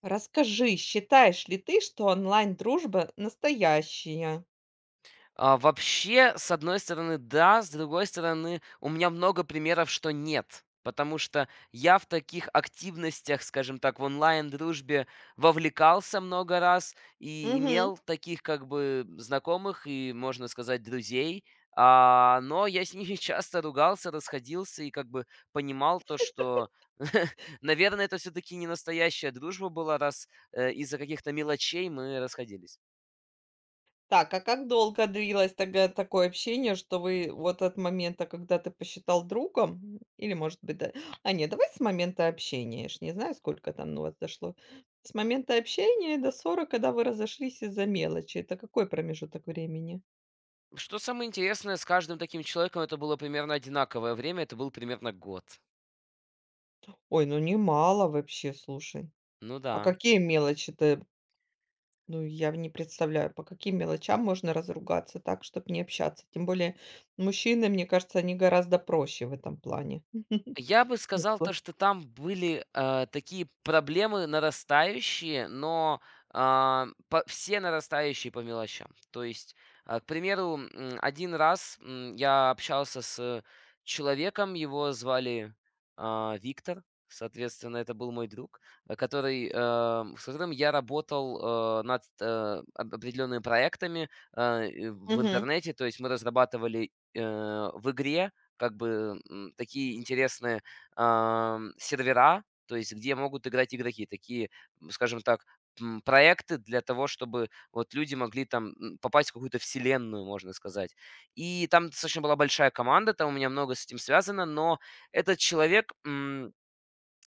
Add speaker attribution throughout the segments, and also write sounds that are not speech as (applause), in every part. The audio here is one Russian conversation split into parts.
Speaker 1: Расскажи, считаешь ли ты, что онлайн-дружба настоящая?
Speaker 2: Вообще, с одной стороны, да, с другой стороны, у меня много примеров, что нет. Потому что я в таких активностях, скажем так, в онлайн-дружбе вовлекался много раз и
Speaker 1: Мгм.
Speaker 2: имел таких как бы знакомых и, можно сказать, друзей. Но я с ними (laughs) часто ругался, расходился и как бы понимал то, что, (laughs) наверное, это все-таки не настоящая дружба была, раз из-за каких-то мелочей мы расходились.
Speaker 1: Так, а как долго длилось тогда такое общение, что вы вот от момента, когда ты посчитал другом, или, может быть, да... А нет, давай с момента общения, я ж не знаю, сколько там у вас дошло. С момента общения до ссоры, когда вы разошлись из-за мелочи. Это какой промежуток времени?
Speaker 2: Что самое интересное, с каждым таким человеком это было примерно одинаковое время, это был примерно год.
Speaker 1: Ой, ну немало вообще, слушай.
Speaker 2: Ну
Speaker 1: А
Speaker 2: да.
Speaker 1: какие мелочи-то? Ну, я не представляю, по каким мелочам можно разругаться так, чтобы не общаться. Тем более мужчины, мне кажется, они гораздо проще в этом плане. (laughs)
Speaker 2: Я бы
Speaker 1: Вот
Speaker 2: сказал то,
Speaker 1: вот.
Speaker 2: что там были, такие проблемы нарастающие, но, по все нарастающие по мелочам. То есть, к примеру, 1 раз, я общался с человеком, его звали, Виктор, соответственно, это был мой друг, который, с которым я работал, об определенными проектами, и в
Speaker 1: Мгм,
Speaker 2: интернете. То есть мы разрабатывали, в игре как бы такие интересные сервера, то есть где могут играть игроки, такие, скажем так, проекты для того, чтобы вот люди могли там попасть в какую-то вселенную, можно сказать. И там достаточно была большая команда, там у меня много с этим связано, но этот человек,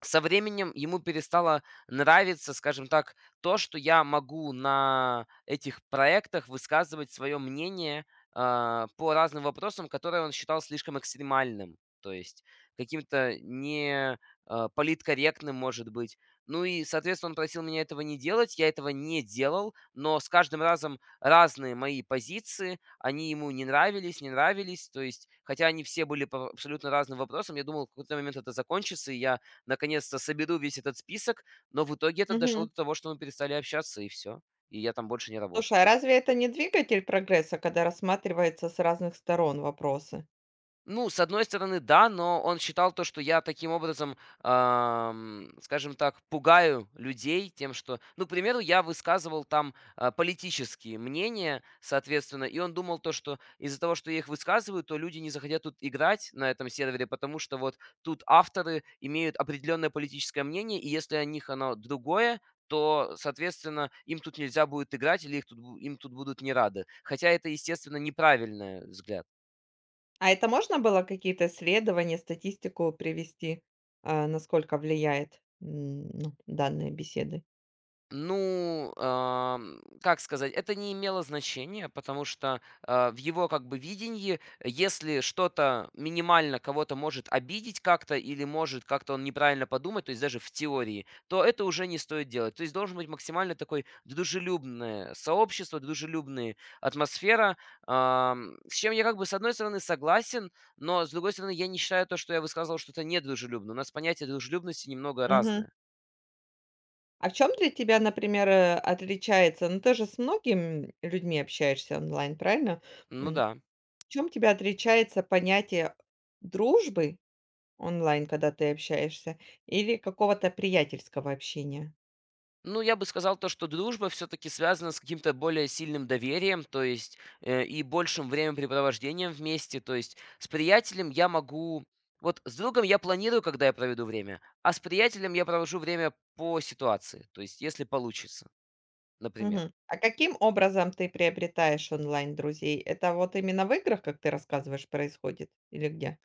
Speaker 2: со временем ему перестало нравиться, скажем так, то, что я могу на этих проектах высказывать свое мнение по разным вопросам, которые он считал слишком экстремальным, то есть каким-то не политкорректным, может быть. Ну и, соответственно, он просил меня этого не делать, я этого не делал, но с каждым разом разные мои позиции, они ему не нравились, не нравились, то есть, хотя они все были по абсолютно разным вопросам, я думал, в какой-то момент это закончится, и я наконец-то соберу весь этот список, но в итоге это дошло
Speaker 1: мгм.
Speaker 2: до того, что мы перестали общаться, и все, и я там больше не работал.
Speaker 1: Слушай, а разве это не двигатель прогресса, когда рассматривается с разных сторон вопросы?
Speaker 2: Ну, с одной стороны, да, но он считал то, что я таким образом, скажем так, пугаю людей тем, что, ну, к примеру, я высказывал там политические мнения, соответственно, и он думал то, что из-за того, что я их высказываю, то люди не захотят тут играть на этом сервере, потому что вот тут авторы имеют определенное политическое мнение, и если о них оно другое, то, соответственно, им тут нельзя будет играть или их тут, им тут будут не рады. Хотя это, естественно, неправильный взгляд.
Speaker 1: А это можно было какие-то исследования, статистику привести, а, насколько влияет, ну, данные беседы?
Speaker 2: Ну, как сказать, это не имело значения, потому что в его как бы видении, если что-то минимально кого-то может обидеть как-то или может как-то он неправильно подумать, то есть даже в теории, то это уже не стоит делать. То есть должен быть максимально такой дружелюбное сообщество, дружелюбная атмосфера, с чем я как бы с одной стороны согласен, но с другой стороны я не считаю то, что я высказывал что-то недружелюбное. У нас понятие дружелюбности немного
Speaker 1: Мгм.
Speaker 2: разное.
Speaker 1: А в чем для тебя, например, отличается? Ну, ты же с многими людьми общаешься онлайн, правильно?
Speaker 2: Ну
Speaker 1: М,
Speaker 2: да.
Speaker 1: Чем тебя отличается понятие дружбы онлайн, когда ты общаешься, или какого-то приятельского общения?
Speaker 2: Ну, я бы сказал то, что дружба все-таки связана с каким-то более сильным доверием, то есть и большим времяпрепровождением вместе. То есть с приятелем я могу. Вот с другом я планирую, когда я проведу время, а с приятелем я провожу время по ситуации, то есть если получится, например.
Speaker 1: Мгм. А каким образом ты приобретаешь онлайн друзей? Это вот именно в играх, как ты рассказываешь, происходит или где?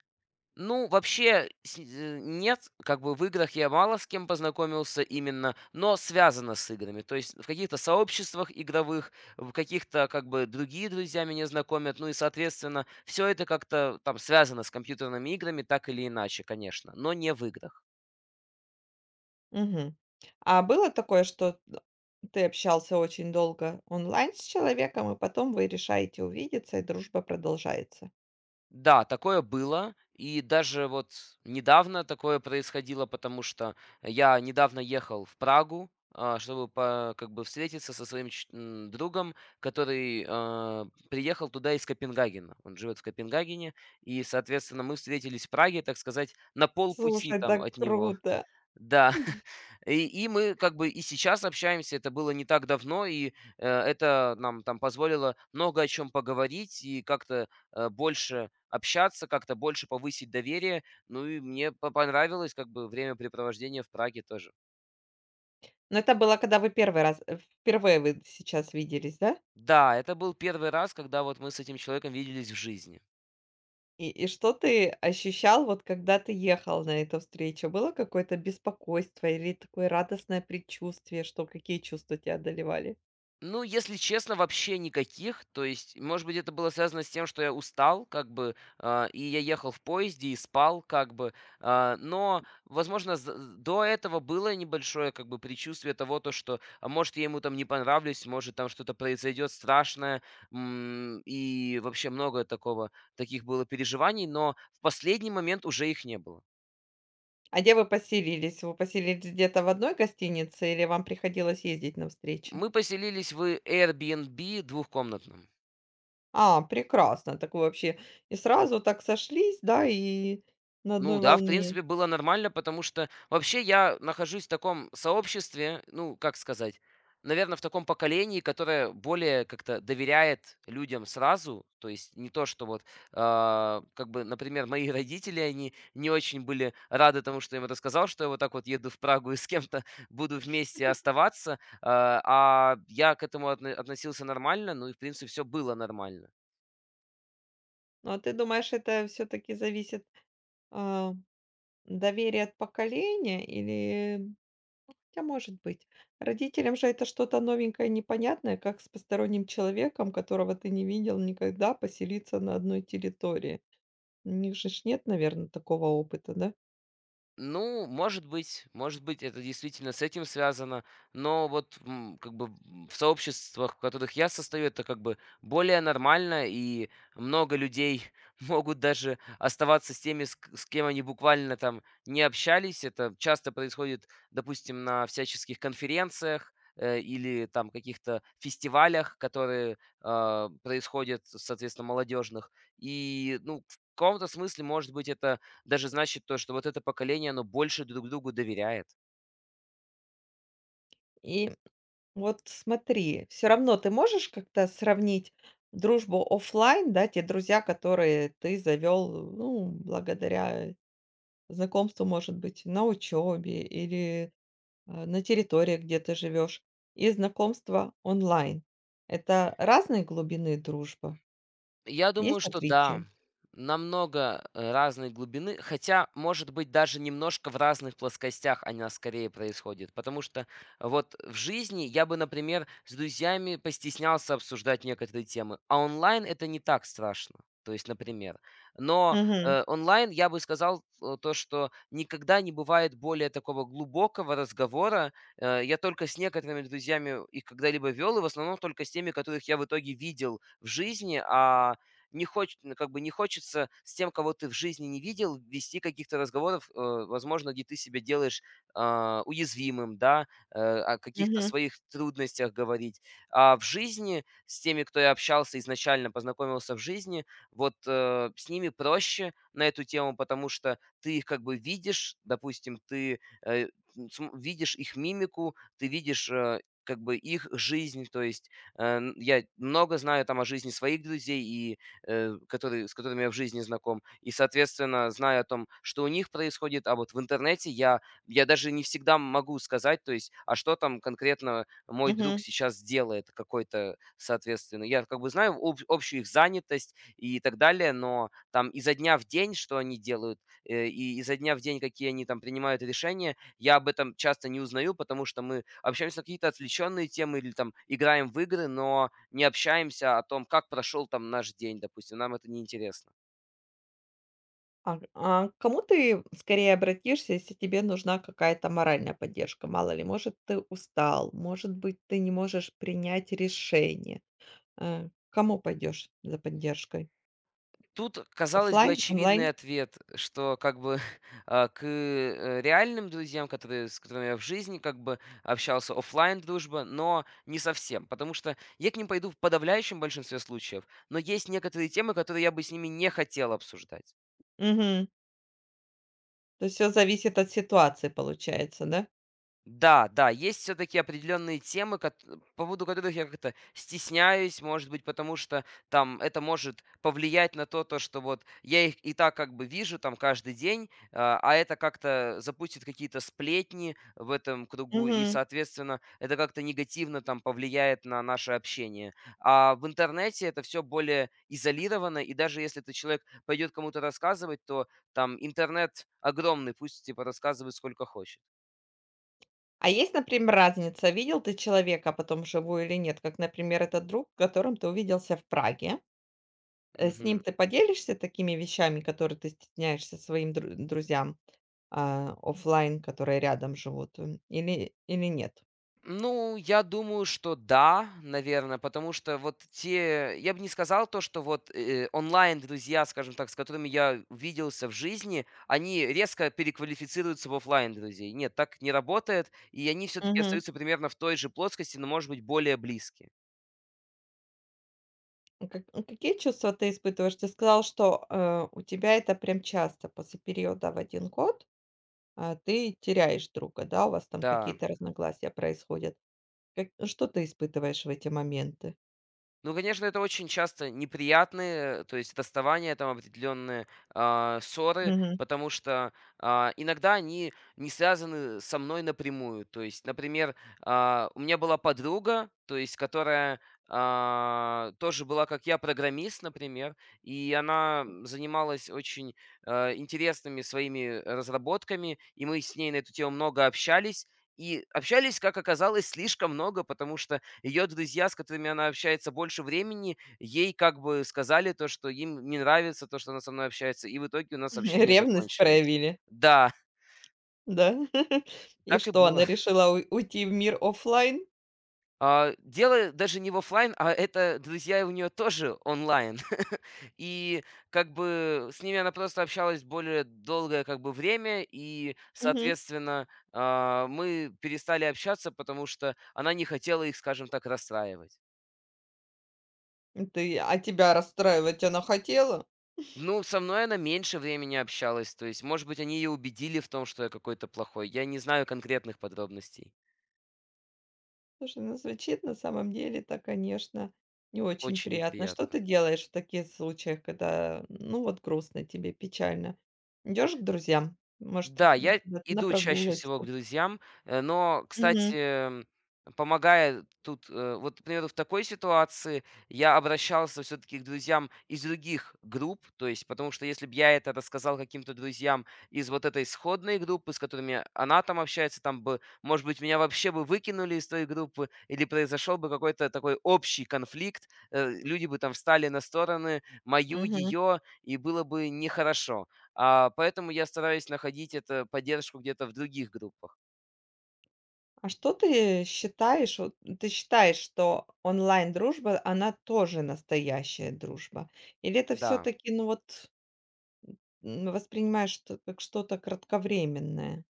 Speaker 2: Ну, вообще, нет, как бы в играх я мало с кем познакомился именно, но связано с играми. То есть в каких-то сообществах игровых, в каких-то как бы другие друзья меня знакомят, ну и, соответственно, все это как-то там связано с компьютерными играми, так или иначе, конечно, но не в играх.
Speaker 1: Мгм. А было такое, что ты общался очень долго онлайн с человеком, и потом вы решаете увидеться, и дружба продолжается?
Speaker 2: Да, такое было. И даже вот недавно такое происходило, потому что я недавно ехал в Прагу, чтобы как бы встретиться со своим другом, который приехал туда из Копенгагена. Он живет в Копенгагене, и, соответственно, мы встретились в Праге, так сказать, на полпути
Speaker 1: Слушай,
Speaker 2: там
Speaker 1: так
Speaker 2: от него.
Speaker 1: круто!
Speaker 2: Да, и мы как бы и сейчас общаемся, это было не так давно, и это нам там позволило много о чем поговорить и как-то больше общаться, как-то больше повысить доверие. Ну и мне понравилось как бы времяпрепровождение в Праге тоже.
Speaker 1: Но это было, когда вы первый раз впервые вы сейчас виделись, да?
Speaker 2: Да, это был первый раз, когда вот мы с этим человеком виделись в жизни.
Speaker 1: И что ты ощущал, вот когда ты ехал на эту встречу? Было какое-то беспокойство или такое радостное предчувствие, что какие чувства тебя одолевали?
Speaker 2: Ну, если честно, вообще никаких. То есть, может быть, это было связано с тем, что я устал, как бы, и я ехал в поезде и спал, как бы. Но, возможно, до этого было небольшое, как бы, предчувствие того, то, что, а может, я ему там не понравлюсь, может, там что-то произойдет страшное, и вообще много такого, таких было переживаний, но в последний момент уже их не было.
Speaker 1: А где вы поселились? Вы поселились где-то в одной гостинице или вам приходилось ездить на встречи?
Speaker 2: Мы поселились в Airbnb двухкомнатном.
Speaker 1: А, прекрасно. Так вы вообще и сразу так сошлись, да, и на
Speaker 2: Ну
Speaker 1: одной
Speaker 2: да, в
Speaker 1: волне.
Speaker 2: принципе, было нормально, потому что вообще я нахожусь в таком сообществе, ну, как сказать, наверное, в таком поколении, которое более как-то доверяет людям сразу. То есть не то, что вот, как бы, например, мои (laughs) родители, они не очень были рады тому, что я им рассказал, что я вот так вот еду в Прагу и с кем-то (laughs) буду вместе оставаться. А я к этому относился нормально, ну и, в принципе, все было нормально.
Speaker 1: Ну, а ты думаешь, это все-таки зависит, а, доверие от поколения или Хотя, может быть. Родителям же это что-то новенькое, непонятное, как с посторонним человеком, которого ты не видел никогда, поселиться на одной территории. У них же ж нет, наверное, такого опыта, да?
Speaker 2: Ну, может быть, это действительно с этим связано, но вот как бы в сообществах, в которых я состою, это как бы более нормально, и много людей (laughs) могут даже оставаться с теми, с кем они буквально там не общались. Это часто происходит, допустим, на всяческих конференциях или там каких-то фестивалях, которые происходят, соответственно, молодежных. И, ну, в каком-то смысле, может быть, это даже значит то, что вот это поколение, оно больше друг другу доверяет.
Speaker 1: И вот смотри, все равно ты можешь как-то сравнить дружбу оффлайн, да, те друзья, которые ты завел ну, благодаря знакомству, может быть, на учебе или на территории, где ты живешь, и знакомства онлайн. Это разной глубины дружба?
Speaker 2: Я думаю,
Speaker 1: Есть
Speaker 2: что да,
Speaker 1: отличия?
Speaker 2: намного, разной глубины, хотя, может быть, даже немножко в разных плоскостях она скорее происходит. Потому что вот в жизни я бы, например, с друзьями постеснялся обсуждать некоторые темы, а онлайн это не так страшно. То есть, например. Но,
Speaker 1: Мгм.
Speaker 2: онлайн я бы сказал, то, что никогда не бывает более такого глубокого разговора. Я только с некоторыми друзьями их когда-либо вел и в основном только с теми, которых я в итоге видел в жизни, а не хоч ну, как бы не хочется с тем, кого ты в жизни не видел, вести каких-то разговоров, возможно, где ты себя делаешь уязвимым, да, о каких-то
Speaker 1: Мгм.
Speaker 2: своих трудностях говорить. А в жизни с теми, кто я общался изначально, познакомился в жизни, вот с ними проще на эту тему, потому что ты их как бы видишь, допустим, ты э, видишь их мимику, ты видишь как бы их жизнь, то есть я много знаю там о жизни своих друзей, и которые, с которыми я в жизни знаком. И, соответственно, зная о том, что у них происходит, а вот в интернете я даже не всегда могу сказать, то есть, а что там конкретно мой друг
Speaker 1: Мгм.
Speaker 2: сейчас делает какой-то, соответственно. Я как бы знаю общую их занятость и так далее, но там изо дня в день, что они делают, и изо дня в день, какие они там принимают решения, я об этом часто не узнаю, потому что мы общаемся на какие-то отвлеченные темы или там играем в игры, но не общаемся о том, как прошел там наш день, допустим. Нам это неинтересно.
Speaker 1: А к кому ты скорее обратишься, если тебе нужна какая-то моральная поддержка? Мало ли, может, ты устал, может быть, ты не можешь принять решение. К кому пойдешь за поддержкой?
Speaker 2: Тут, казалось бы,
Speaker 1: Оффлайн, онлайн?
Speaker 2: очевидный ответ, что как бы (laughs) к реальным друзьям, которые, с которыми я в жизни как бы общался, оффлайн дружба, но не совсем, потому что я к ним пойду в подавляющем большинстве случаев, но есть некоторые темы, которые я бы с ними не хотел обсуждать.
Speaker 1: Мгм. То есть все зависит от ситуации, получается, да?
Speaker 2: Да, да, есть все-таки определенные темы, по поводу которых я как-то стесняюсь, может быть, потому что там это может повлиять на то, то, что вот я их и так как бы вижу там каждый день, а это как-то запустит какие-то сплетни в этом кругу, и,
Speaker 1: Мгм.
Speaker 2: соответственно, это как-то негативно там повлияет на наше общение. А в интернете это все более изолировано, и даже если этот человек пойдет кому-то рассказывать, то там интернет огромный, пусть типа рассказывает сколько хочет.
Speaker 1: А есть, например, разница, видел ты человека потом вживую или нет? Как, например, этот друг, с которым ты увиделся в Праге. С ним
Speaker 2: Мгм.
Speaker 1: ты поделишься такими вещами, которые ты стесняешься своим друзьям, а, офлайн, которые рядом живут, или или нет?
Speaker 2: Ну, я думаю, что да, наверное, потому что вот те, я бы не сказал то, что вот онлайн-друзья, скажем так, с которыми я увиделся в жизни, они резко переквалифицируются в оффлайн друзей. Нет, так не работает, и они все-таки
Speaker 1: Мгм.
Speaker 2: остаются примерно в той же плоскости, но, может быть, более близкие.
Speaker 1: Как какие чувства ты испытываешь? Ты сказал, что, у тебя это прям часто после периода в один год, а, ты теряешь друга, да, у вас там
Speaker 2: Да.
Speaker 1: какие-то разногласия происходят. Как что ты испытываешь в эти моменты?
Speaker 2: Ну, конечно, это очень часто неприятные, то есть расставания, там определенные ссоры,
Speaker 1: Мгм.
Speaker 2: потому что иногда они не связаны со мной напрямую. То есть, например, у меня была подруга, то есть, которая тоже была, как я, программист, например, и она занималась очень интересными своими разработками, и мы с ней на эту тему много общались. И общались, как оказалось, слишком много, потому что ее друзья, с которыми она общается больше времени, ей как бы сказали то, что им не нравится то, что она со мной общается, и в итоге у нас
Speaker 1: (laughs)
Speaker 2: общение
Speaker 1: Ревность
Speaker 2: закончилось.
Speaker 1: проявили,
Speaker 2: Да,
Speaker 1: да? (laughs)
Speaker 2: (laughs)
Speaker 1: И
Speaker 2: так и
Speaker 1: что,
Speaker 2: было.
Speaker 1: она решила уй уйти в мир офлайн?
Speaker 2: Дело даже не в оффлайн, а это друзья у нее тоже онлайн. (laughs) И как бы с ними она просто общалась более долгое как бы время, и,
Speaker 1: Мгм.
Speaker 2: соответственно, мы перестали общаться, потому что она не хотела их, скажем так, расстраивать.
Speaker 1: И Ты а тебя расстраивать она хотела?
Speaker 2: Ну, со мной она меньше времени общалась. То есть, может быть, они ее убедили в том, что я какой-то плохой. Я не знаю конкретных подробностей.
Speaker 1: Слушай, ну, звучит на самом деле-то, конечно, не очень
Speaker 2: Очень
Speaker 1: приятно. Что
Speaker 2: неприятно.
Speaker 1: ты делаешь в таких случаях, когда, ну, вот грустно тебе, печально? Идешь к друзьям? Может,
Speaker 2: Да, я
Speaker 1: куда-то на
Speaker 2: иду чаще всего к
Speaker 1: прогулочку?
Speaker 2: друзьям, но, кстати, помогает тут, вот, к примеру, в такой ситуации я обращался все-таки к друзьям из других групп, то есть, потому что если бы я это рассказал каким-то друзьям из вот этой сходной группы, с которыми она там общается, там бы, может быть, меня вообще бы выкинули из той группы, или произошел бы какой-то такой общий конфликт, люди бы там встали на стороны мою,
Speaker 1: Мгм.
Speaker 2: ее, и было бы нехорошо. Поэтому я стараюсь находить эту поддержку где-то в других группах.
Speaker 1: А что ты считаешь, вот ты считаешь, что онлайн-дружба, она тоже настоящая дружба? Или это все
Speaker 2: Да.
Speaker 1: таки ну вот, воспринимаешь что как что-то кратковременное?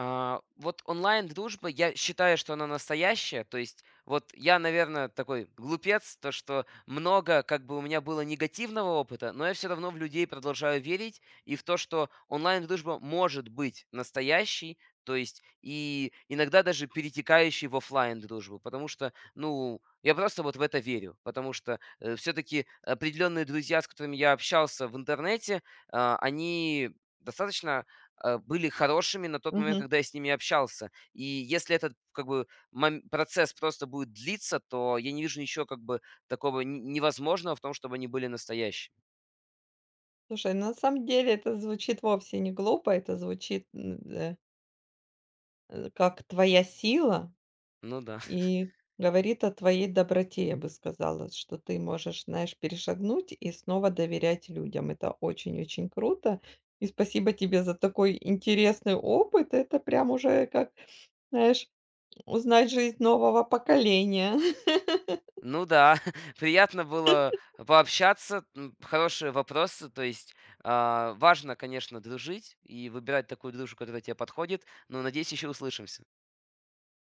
Speaker 2: Вот онлайн-дружба, я считаю, что она настоящая. То есть, вот я, наверное, такой глупец, то что много как бы у меня было негативного опыта, но я все равно в людей продолжаю верить и в то, что онлайн-дружба может быть настоящей, то есть и иногда даже перетекающей в оффлайн дружбу, потому что, ну, я просто вот в это верю, потому что все-таки определенные друзья, с которыми я общался в интернете, они достаточно были хорошими на тот момент,
Speaker 1: Мгм.
Speaker 2: когда я с ними общался. И если этот как бы процесс просто будет длиться, то я не вижу ничего как бы такого невозможного в том, чтобы они были настоящими.
Speaker 1: Слушай, ну на самом деле это звучит вовсе не глупо, это звучит, как твоя сила.
Speaker 2: Ну да. (laughs)
Speaker 1: И говорит о твоей доброте, я бы сказала, что ты можешь, знаешь, перешагнуть и снова доверять людям. Это очень-очень круто. И спасибо тебе за такой интересный опыт. Это прям уже как, знаешь, узнать жизнь нового поколения. (laughs)
Speaker 2: Ну да, (laughs) приятно было пообщаться, хорошие вопросы, то есть важно, конечно, дружить и выбирать такую дружбу, которая тебе подходит, но надеюсь, еще услышимся.